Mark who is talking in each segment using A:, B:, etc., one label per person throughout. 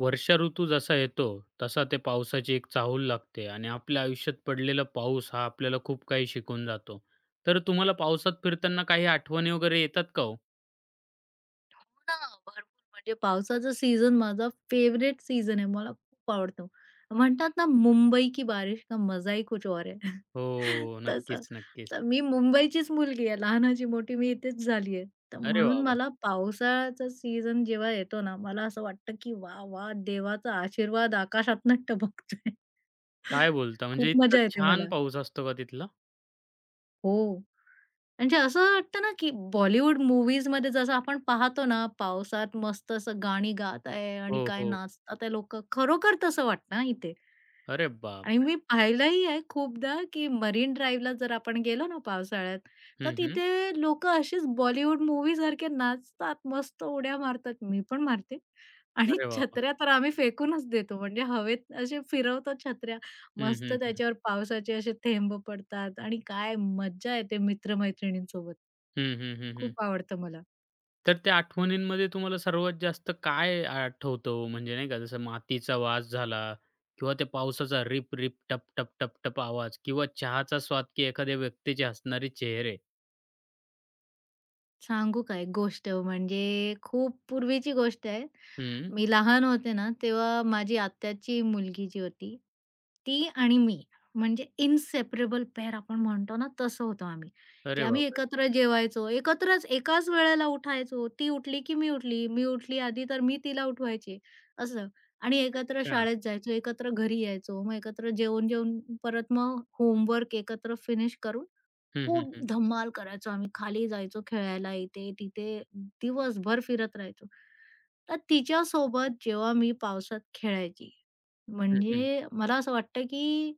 A: वर्षा ऋतू जसा येतो तसा ते पावसाची एक चाहूल लागते आणि आपल्या आयुष्यात पडलेला पाऊस हा आपल्याला खूप काही शिकून जातो. तर तुम्हाला पावसात फिरताना काही आठवणी वगैरे येतात का हो?
B: हो ना, भरपूर म्हणजे पावसाचा सीझन माझा फेव्हरेट सीझन आहे. मला खूप आवडतो. म्हणतात ना, मुंबई की बारिश का मजा ही कुछ और है.
A: हो.
B: तसं.
A: नक्कीच, नक्कीच.
B: तर मी मुंबईचीच मुलगी आहे. लहानाची मोठी मी इथेच झाली आहे. तर
A: अरे
B: म्हणून
A: वाह, वाह!
B: मला पावसाळ्याचा सीझन जेव्हा येतो ना, मला असं वाटतं की वाह! वाह! देवाचा आशीर्वाद आकाशातनं टपकतोय.
A: काय बोलता? म्हणजे
B: खूप
A: इतका
B: मजा येते
A: छान
B: मला.
A: पाऊस असतो का तिथला?
B: हो. म्हणजे असं वाटतं ना, की बॉलिवूड मूव्हीजमध्ये जसं आपण पाहतो ना, पावसात मस्त असं गाणी गात आहे आणि
A: हो,
B: काय
A: हो.
B: नाचतात आहे लोकं. खरोखर तसं वाटतं हां इथे.
A: अरे
B: आणि
A: बापरे!
B: मी पाहिलंही आहे खूपदा, की मरीन ड्राईव्हला जर आपण गेलो ना पावसाळ्यात, तर
A: हं, हं.
B: तिथे लोकं असेच बॉलिवूड मूव्हीसारखे नाचतात, मस्त उड्या मारतात. मी पण मारते आणि
A: अरे वाह, वाह!
B: छत्र्या तर आम्ही फेकूनच देतो. म्हणजे हवेत असे फिरवतो छत्र्या.
A: हं,
B: मस्त
A: हं, हं.
B: त्याच्यावर पावसाचे असे थेंब पडतात आणि काय मज्जा येते मित्र-मैत्रिणींसोबत.
A: हं, हं, हं, हं.
B: खूप आवडतं मला.
A: तर त्या आठवणींमध्ये तुम्हाला सर्वात जास्त काय आठवतं हो? म्हणजे नाही का जसं मातीचा वास झाला किंवा त्या पावसाचा रिप रिप टप टप टप टप आवाज किंवा चहाचा स्वाद की एखाद्या व्यक्तीचे हसणारे चेहरे.
B: सांगू का एक गोष्ट म्हणजे खूप पूर्वीची गोष्ट आहे.
A: हं.
B: मी लहान होते ना, तेव्हा माझी आत्याची मुलगी जी होती, ती आणि मी म्हणजे इन्सेपरेबल पेअर आपण म्हणतो ना, तसं होतो आम्ही, की
A: अरे
B: आम्ही
A: बापरे!
B: एकत्र जेवायचो, एकत्रच एकाच वेळेला उठायचो. ती उठली की मी उठली, मी उठली आधी तर मी तिला उठवायची असं. आणि एकत्र
A: अच्छा.
B: शाळेत जायचो, एकत्र घरी यायचो. मग एकत्र जेवून-जेवून परत मग होमवर्क एकत्र फिनिश करून
A: हं, हं,
B: खूप
A: हं.
B: धमाल करायचो आम्ही. खाली जायचो खेळायला इथे-तिथे दिवसभर फिरत राहायचो. तर तिच्यासोबत जेव्हा मी पावसात खेळायची,
A: हं, हं.
B: म्हणजे मला असं वाटतं की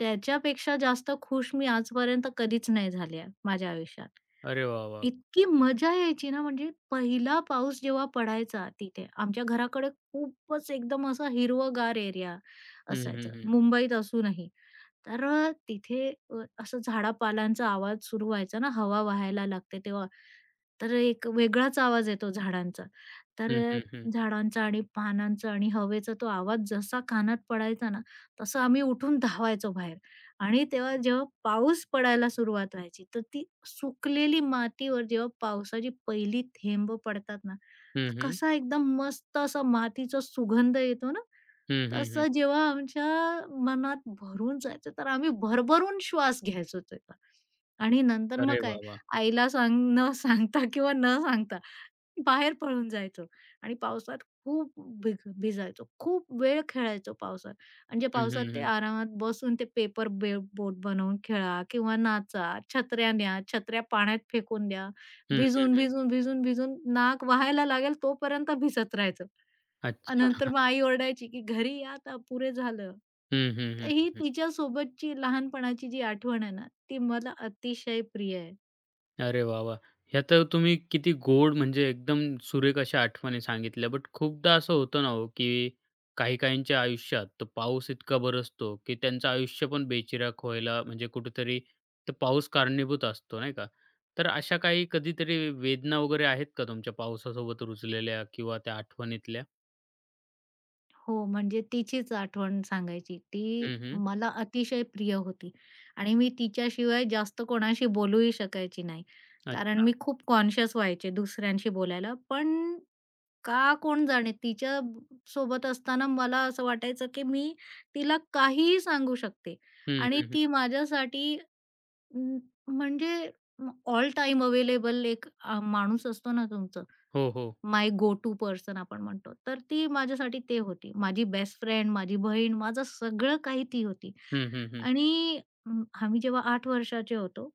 B: त्याच्यापेक्षा जास्त खुश मी आजपर्यंत कधीच नाही झाले आहे माझ्या आयुष्यात.
A: अरे वाह, वाह!
B: इतकी मजा यायची ना, म्हणजे पहिला पाऊस जेव्हा पडायचा तिथे आमच्या घराकडे खूपच एकदम असा हिरवगार एरिया
A: हं, हं,
B: असायचा,
A: हं.
B: मुंबईत असूनही. तर तिथे असं झाडापालांचा आवाज सुरू व्हायचा ना, हवा वाहायला लागते तेव्हा. तर एक वेगळाच आवाज येतो झाडांचा. तर
A: हं,
B: अ,
A: हं, हं.
B: झाडांचा आणि पानांचा आणि हवेचा तो आवाज जसा कानात पडायचा ना, तसं आम्ही उठून धावायचो बाहेर आणि तेव्हा जेव्हा पाऊस पडायला सुरुवात व्हायची, तर ती सुकलेली मातीवर जेव्हा पावसाची पहिली थेंब पडतात ना,
A: हं,
B: तर
A: हं.
B: कसा एकदम मस्त असा मातीचा सुगंध येतो ना,
A: हं, हं, हं.
B: तसं जेव्हा आमच्या मनात भरून जायचं, तर आम्ही भरभरून श्वास घ्यायचो त्याचा. आणि नंतर मग
A: अरे वाह,
B: काय
A: वाह!
B: आईला सांग न सांगता किंवा न सांगता बाहेर पळून जायचो आणि पावसात खूप भिजायचो. खूप वेळ खेळायचो पावसात. म्हणजे
A: हं,
B: पावसात
A: हं,
B: ते
A: हं.
B: आरामात बसून ते पेपर बोट बनवून खेळा किंवा नाचा, छत्र्या न्या, छत्र्या पाण्यात फेकून द्या.
A: हं, हं,
B: भिजून,
A: हं.
B: भिजून, भिजून, भिजून नाक वाहायला लागेल तोपर्यंत भिजत राहायचं. आणि नंतर
A: अच्छा.
B: मग आई ओरडायची, की "घरी या आता, पुरे झालं."
A: हं, हं,
B: तर
A: हं.
B: ही
A: हं.
B: तिच्यासोबतची लहानपणाची जी आठवण आहे ना, ती मला अतिशय प्रिय आहे.
A: अरे वाह, वाह! ह्या तर तुम्ही किती गोड म्हणजे एकदम सुरेख अशा आठवणी सांगितल्या. बट खूपदा असं होतं ना हो, की काही-काहींच्या आयुष्यात तो पाऊस इतका बरसतो, की त्यांचं आयुष्य पण बेचिराख व्हायला म्हणजे कुठेतरी तो पाऊस कारणीभूत असतो, नाही का? तर अशा काही कधीतरी वेदना वगैरे आहेत का तुमच्या पावसासोबत रुजलेल्या किंवा त्या आठवणीतल्या?
B: हो, म्हणजे तिचीच आठवण सांगायची. ती
A: हं, हं.
B: मला अतिशय प्रिय होती आणि मी तिच्याशिवाय जास्त कोणाशी बोलूही शकायची नाही. कारण
A: अच्छा.
B: मी खूप कॉन्शियस व्हायचे दुसऱ्यांशी बोलायला. पण का कोण जाणे सोबत असताना मला असं वाटायचं, की मी तिला काहीही सांगू शकते
A: हं,
B: आणि
A: हं, हं.
B: ती माझ्यासाठी अं, म्हणजे ऑल टाईम अवेलेबल एक माणूस असतो ना तुमचा,
A: हो, हो.
B: माय गो टू पर्सन आपण म्हणतो. तर ती माझ्यासाठी ते होती. माझी बेस्ट फ्रेंड, माझी बहीण, माझं सगळं काही ती होती.
A: हं, हं, हं.
B: आणि आम्ही जेव्हा 8 वर्षाचे होतो,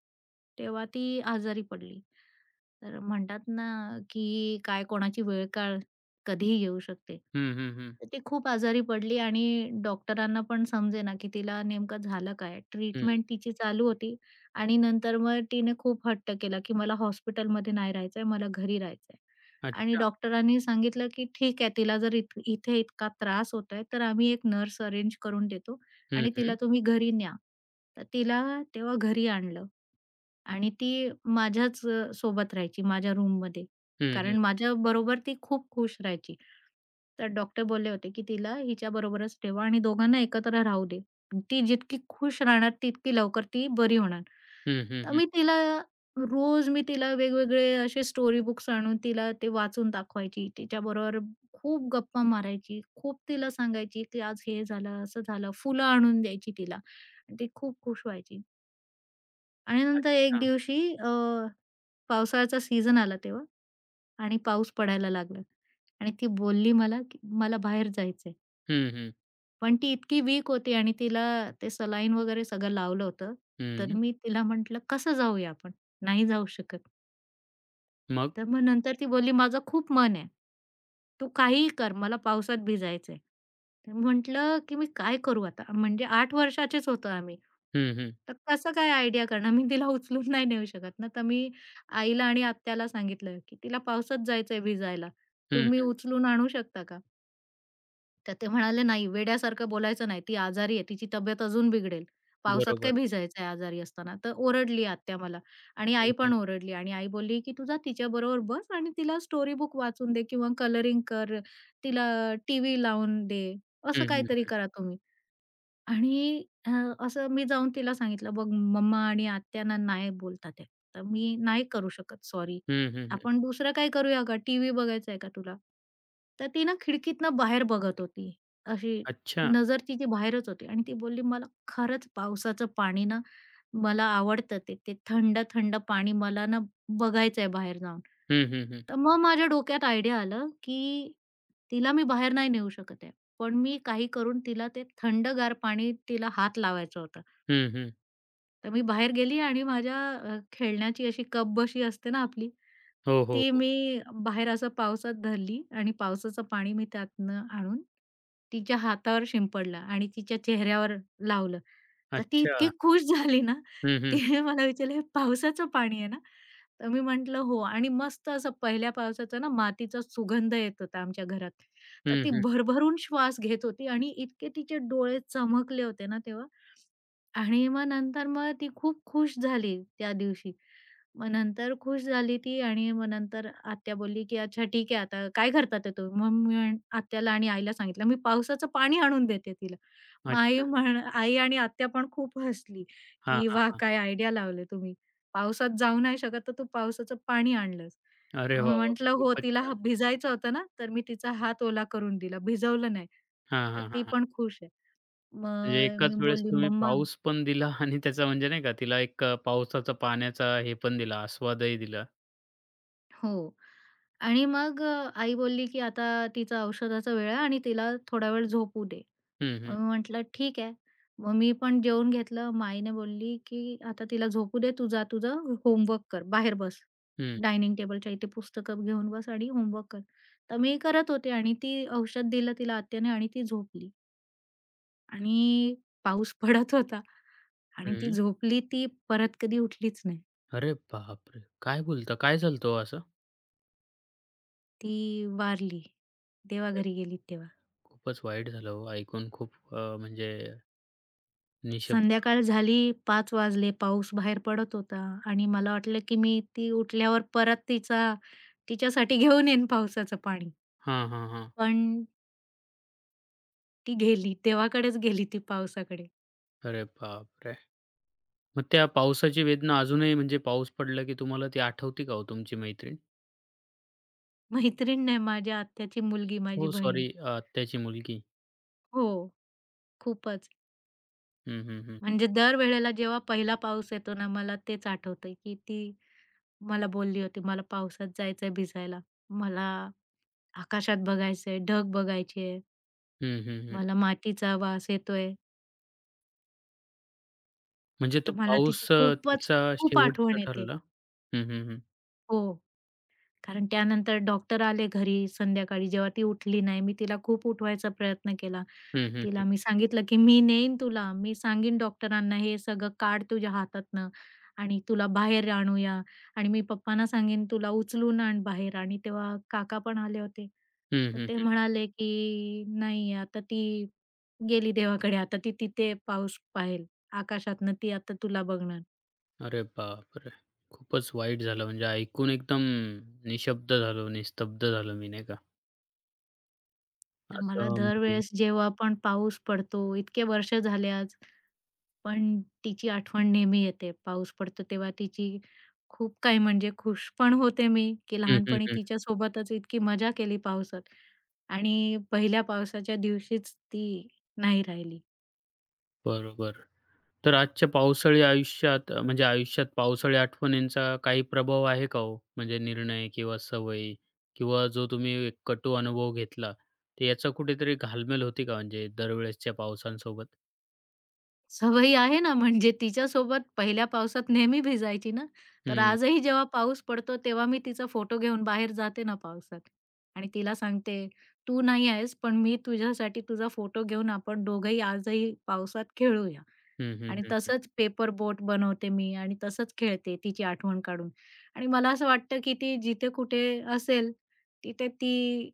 B: तेव्हा ती आजारी पडली. तर म्हणतात ना, की काय कोणाची वेळ काळ कधीही येऊ शकते.
A: हं, हं, हं.
B: तर ती खूप आजारी पडली आणि डॉक्टरांना पण समजेना, की तिला नेमकं झालं काय?
A: हं.
B: ट्रीटमेंट तिची चालू होती आणि नंतर मग तिने खूप हट्ट केला, की मला हॉस्पिटलमध्ये नाही राहायचंय, मला घरी राहायचंय. आणि
A: अच्छा.
B: डॉक्टरांनी सांगितलं, की "ठीक आहे, तिला जर इथे इतका त्रास होतोय, तर आम्ही एक नर्स अरेंज करून देतो
A: हं,
B: आणि तिला
A: हं.
B: तुम्ही घरी न्या." तर तिला तेव्हा घरी आणलं. आणि ती माझ्याच सोबत राहायची, माझ्या रूममध्ये.
A: हं, हं.
B: कारण माझ्याबरोबर ती खूप खुश राहायची. तर डॉक्टर बोलले होते, की "तिला हिच्याबरोबरच ठेवा आणि दोघांना एकत्र राहू दे. ती जितकी खुश राहणार, तितकी लवकर ती बरी होणार."
A: हं, हं,
B: तर
A: हं.
B: मी तिला रोज मी तिला वेगवेगळे असे स्टोरी बुक्स आणून तिला ते वाचून दाखवायची. तिच्याबरोबर खूप गप्पा मारायची. खूप तिला सांगायची, की "आज हे झालं, असं झालं." फुलं आणून द्यायची तिला आणि ती खूप खुश व्हायची. आणि नंतर
A: अच्छा.
B: एक दिवशी पावसाळ्याचा सीझन आला तेव्हा आणि पाऊस पडायला लागला आणि ती बोलली मला, की "मला बाहेर जायचंय."
A: हं, हं.
B: पण ती इतकी वीक होती आणि तिला ते सलाईन वगैरे सगळं लावलं होतं. तर
A: हं.
B: मी तिला म्हटलं, "कसं जाऊया आपण? नाही जाऊ शकत."
A: मग?
B: तर मग नंतर ती बोलली, "माझं खूप मन आहे. तू काहीही कर, मला पावसात भिजायचंय." तर म्हटलं, की "मी काय करू आता?" म्हणजे 8 वर्षाचेच होतो आम्ही.
A: हं, हं.
B: तर कसं काय आयडिया करणार? मी तिला उचलून नाही नेऊ शकत ना. तर मी आईला आणि आत्याला सांगितलं, की "तिला पावसात जायचंय भिजायला.
A: हं,
B: तुम्ही
A: हं.
B: उचलून आणू शकता का?" तर ते म्हणाले, "नाही, वेड्यासारखं बोलायचं नाही. ती आजारी आहे. तिची तब्येत अजून बिघडेल. पावसात
A: बरोबर.
B: काय भिजायचं आहे आजारी असताना." तर ओरडली आत्या मला आणि
A: हं,
B: आई
A: हं.
B: पण ओरडली आणि आई बोलली, "की तू जा तिच्याबरोबर बस आणि तिला स्टोरी बुक वाचून दे किंवा कलरिंग कर. तिला टीव्ही लावून दे.
A: हं,
B: असं
A: हं.
B: काहीतरी करा तुम्ही." आणि असं मी जाऊन तिला सांगितलं, "बघ मम्मा आणि आत्यांना नाही बोलतात आहे. तर मी नाही करू शकत सॉरी.
A: हं, हं, हं.
B: आपण दुसरं काय करूया का? टीव्ही बघायचा आहे का तुला?" तर ती ना खिडकीतनं बाहेर बघत होती. अशी
A: अच्छा.
B: नजर तिची बाहेरच होती आणि ती बोलली, "मला खरंच पावसाचं पाणी ना मला आवडतं ते. ते थंड-थंड पाणी मला ना बघायचंय बाहेर जाऊन.
A: हं, हं, हं.
B: तर मग माझ्या डोक्यात आयडिया आलं, की तिला मी बाहेर नाही नेऊ शकत आहे. पण मी काही करून तिला ते थंडगार पाणी तिला हात लावायचा होता.
A: हं, हं.
B: तर मी बाहेर गेली आणि माझ्या खेळण्याची अशी कप बशी असते ना आपली,
A: हो, हो,
B: ती
A: हो.
B: मी बाहेर असं पावसात धरली आणि पावसाचं पाणी मी त्यातनं आणून तिच्या हातावर शिंपडलं आणि तिच्या चेहऱ्यावर लावलं. तर ती
A: अच्छा.
B: इतकी खुश झाली ना,
A: हं, हं.
B: तिने मला विचारलं, "हे पावसाचं पाणी आहे ना?" तर मी म्हटलं, "हो." आणि मस्त असं पहिल्या पावसाचा ना मातीचा सुगंध येत होता आमच्या घरात. तर
A: हं,
B: ती
A: हं.
B: भरभरून श्वास घेत होती आणि इतके तिचे डोळे चमकले होते ना तेव्हा. आणि मग नंतर ती खूप खुश झाली त्या दिवशी. मग नंतर खुश झाली ती आणि मग नंतर आत्या बोलली, की "अच्छा ठीक आहे आता काय करतात आहे तुम्ही?" मग मी अन् आत्याला आणि आईला सांगितलं, "मी पावसाचं पाणी आणून देते तिला." मग
A: अच्छा.
B: आई आणि आत्या पण खूप हसली,
A: हां,
B: की
A: हां.
B: "वाह! काय आयडिया लावले तुम्ही. पावसात जाऊ नाही शकत तर तू पावसाचं पाणी आणलंस."
A: अरे
B: मग मी
A: वाह, वाह!
B: म्हटलं, "हो,
A: खूपच
B: तिला
A: छान.
B: भिजायचं होतं ना, तर मी तिचा हात ओला करून दिला, भिजवलं नाही."
A: हां,
B: तर
A: हां, हां,
B: ती
A: हां.
B: पण खुश आहे.
A: म्हणजे
B: मग मी
A: एकाच वेळेस
B: बोलली,
A: तुम्ही
B: "मम्मा"
A: पाऊस पण दिला आणि त्याचा म्हणजे नाही का तिला एक पावसाचा पाण्याचा हे पण दिला, आस्वादही दिला.
B: हो. आणि मग आई बोलली, की "आता तिचा औषधाचा वेळ आहे आणि तिला थोडा वेळ झोपू दे."
A: हं, हं.
B: मग मी म्हटलं, "ठीक आहे." मग मी पण जेवून घेतलं. मग बोलली, की "आता तिला झोपू दे. तू जा तुझं होमवर्क कर. बाहेर बस.
A: हं,
B: डायनिंग टेबलच्या इथे पुस्तकं घेऊन बस आणि होमवर्क कर." तर मी करत होते आणि ती औषध दिलं तिला आत्याने आणि ती झोपली. आणि पाऊस पडत होता आणि ती
A: हं.
B: झोपली ती परत कधी उठलीच नाही.
A: अरे बापरे! काय बोलता? काय झालं हो असं?
B: ती वारली.
A: अरे,
B: देवाघरी गेली तेव्हा.
A: खूपच वाईट झालं हो ऐकून खूप म्हणजे निःशब्द.
B: संध्याकाळ झाली 5 वाजले, पाऊस बाहेर पडत होता आणि मला वाटलं, की मी ती उठल्यावर परत तिच्यासाठी घेऊन येईन पावसाचं पाणी.
A: हां, हां, हां.
B: पण ती गेली, देवाकडेच गेली ती पावसाकडे.
A: अरे बापरे! मग त्या पावसाची वेदना अजूनही म्हणजे पाऊस पडला की तुम्हाला ती आठवते का हो तुमची मैत्रीण?
B: मैत्रीण नाही, माझ्या आत्याची मुलगी, माझी
A: हो
B: बहीण.
A: सॉरी आत्याची मुलगी.
B: हो, खूपच.
A: हं, हं, हं.
B: म्हणजे दरवेळेला जेव्हा पहिला पाऊस येतो ना, मला तेच आठवतं, की ती मला बोलली होती, "मला पावसात जायचंय भिजायला. मला आकाशात बघायचंय, ढग बघायची
A: हं, हं, हं.
B: मला मातीचा वास येतोय."
A: म्हणजे तो
B: तर मला तिची
A: पाऊस तिचा
B: खूप
A: शेवटचा
B: आठवण येते.
A: ठरला. हं, हं, हं.
B: हो. कारण त्यानंतर डॉक्टर आले घरी संध्याकाळी जेव्हा ती उठली नाही. मी तिला खूप उठवायचा प्रयत्न केला.
A: हं, हं, हं.
B: तिला मी सांगितलं, की "मी नेईन तुला. मी सांगीन डॉक्टरांना हे सगळं काढ तुझ्या हातातनं आणि तुला बाहेर आणूया आणि मी पप्पांना सांगेन तुला उचलून आण बाहेर." आणि तेव्हा काका पण आले होते.
A: हं,
B: तर
A: हं,
B: ते
A: हं.
B: म्हणाले, की "नाही आता ती गेली देवाकडे. आता ती तिथे पाऊस पाहेल. आकाशातनं ती आता तुला बघणार."
A: अरे बापरे! खूपच वाईट झालं म्हणजे ऐकून एकदम निशब्द झालो, निस्तब्ध झालो मी नाही का?
B: तर मला
A: असं म्हणजे
B: दरवेळेस जेव्हा पण पाऊस पडतो, इतके वर्ष झाले आज, पण तिची आठवण नेहमी येते. पाऊस पडतो तेव्हा तिची खूप काही म्हणजे खुश पण होते मी, की
A: हं, हं,
B: लहानपणी
A: हं.
B: तिच्यासोबतच इतकी मजा केली पावसात आणि पहिल्या पावसाच्या दिवशीच ती नाही राहिली.
A: बरोबर. तर आजच्या पावसाळी आयुष्यात म्हणजे आयुष्यात पावसाळी आठवणींचा काही प्रभाव आहे का हो? म्हणजे निर्णय किंवा सवयी किंवा जो तुम्ही एक कटू अनुभव घेतला, तर याचा कुठेतरी घालमेल होती का म्हणजे दरवेळेसच्या पावसांसोबत?
B: सवयी आहे ना, म्हणजे तिच्यासोबत पहिल्या पावसात नेहमी भिजायची ना, तर
A: हं.
B: आजही जेव्हा पाऊस पडतो तेव्हा मी तिचा फोटो घेऊन बाहेर जाते ना पावसात आणि तिला सांगते, "तू नाही आहेस, पण मी तुझ्यासाठी तुझा फोटो घेऊन आपण दोघंही आजही पावसात खेळूया."
A: हं, हं,
B: आणि
A: हं, हं.
B: तसंच पेपर बोट बनवते मी आणि तसंच खेळते तिची आठवण काढून आणि मला असं वाटतं, की ती जिथे कुठे असेल, तिथे ती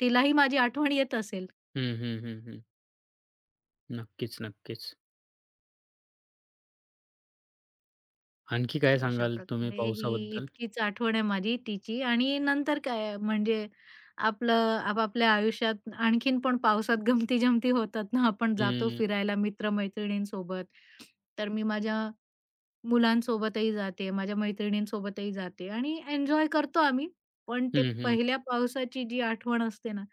B: तिलाही माझी आठवण येत असेल.
A: हं, हं, हं, हं. नक्कीच, नक्कीच. आणखी काय
B: तर अशा
A: सांगाल तुम्ही
B: प्रकारे ही
A: पावसाबद्दल?
B: इतकीच आठवण आहे माझी तिची आणि नंतर काय म्हणजे आपलं आपापल्या आयुष्यात आणखीन पण पावसात गमती-जमती होतात ना, आपण जातो
A: हं.
B: फिरायला मित्र तर मी माझ्या मुलांसोबतही जाते, माझ्या मैत्रिणींसोबतही जाते आणि एन्जॉय करतो आम्ही. पण ते
A: हं, हं.
B: पहिल्या पावसाची जी आठवण असते ना,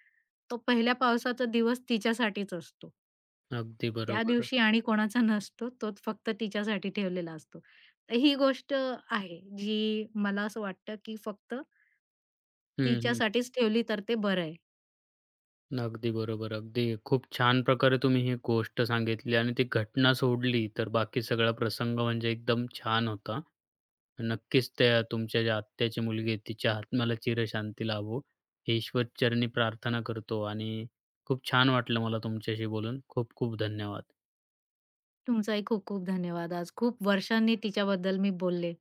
B: तो पहिल्या पावसाचा दिवस तिच्यासाठीच असतो.
A: अगदी
B: त्या
A: बरोबर.
B: दिवशी आणि कोणाचा नसतो, तोच फक्त तिच्यासाठी ठेवलेला असतो. तर ही गोष्ट आहे, जी मला असं वाटतं, की फक्त
A: हं, हं.
B: तिच्यासाठीच ठेवली तर ते बरं आहे.
A: अगदी बरोबर. अगदी खूप छान प्रकारे तुम्ही ही गोष्ट सांगितली आणि ती घटना सोडली, तर बाकी सगळा प्रसंग म्हणजे एकदम छान होता. नक्कीच त्या तुमच्या ज्या आत्याची मुलगी आहे, तिच्या आत्म्याला चिरशांती लाभो, ही ईश्वरचरणी प्रार्थना करतो आणि खूप छान वाटलं मला तुमच्याशी बोलून. खूप खूप धन्यवाद.
B: तुमचाही खूप खूप धन्यवाद. आज खूप वर्षांनी तिच्याबद्दल मी बोलले.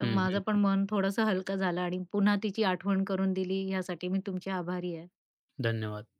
B: तर
A: हं, हं.
B: माझं पण मन थोडंसं हलकं झालं आणि पुन्हा तिची आठवण करून दिली, ह्यासाठी मी तुमची आभारी आहे.
A: धन्यवाद.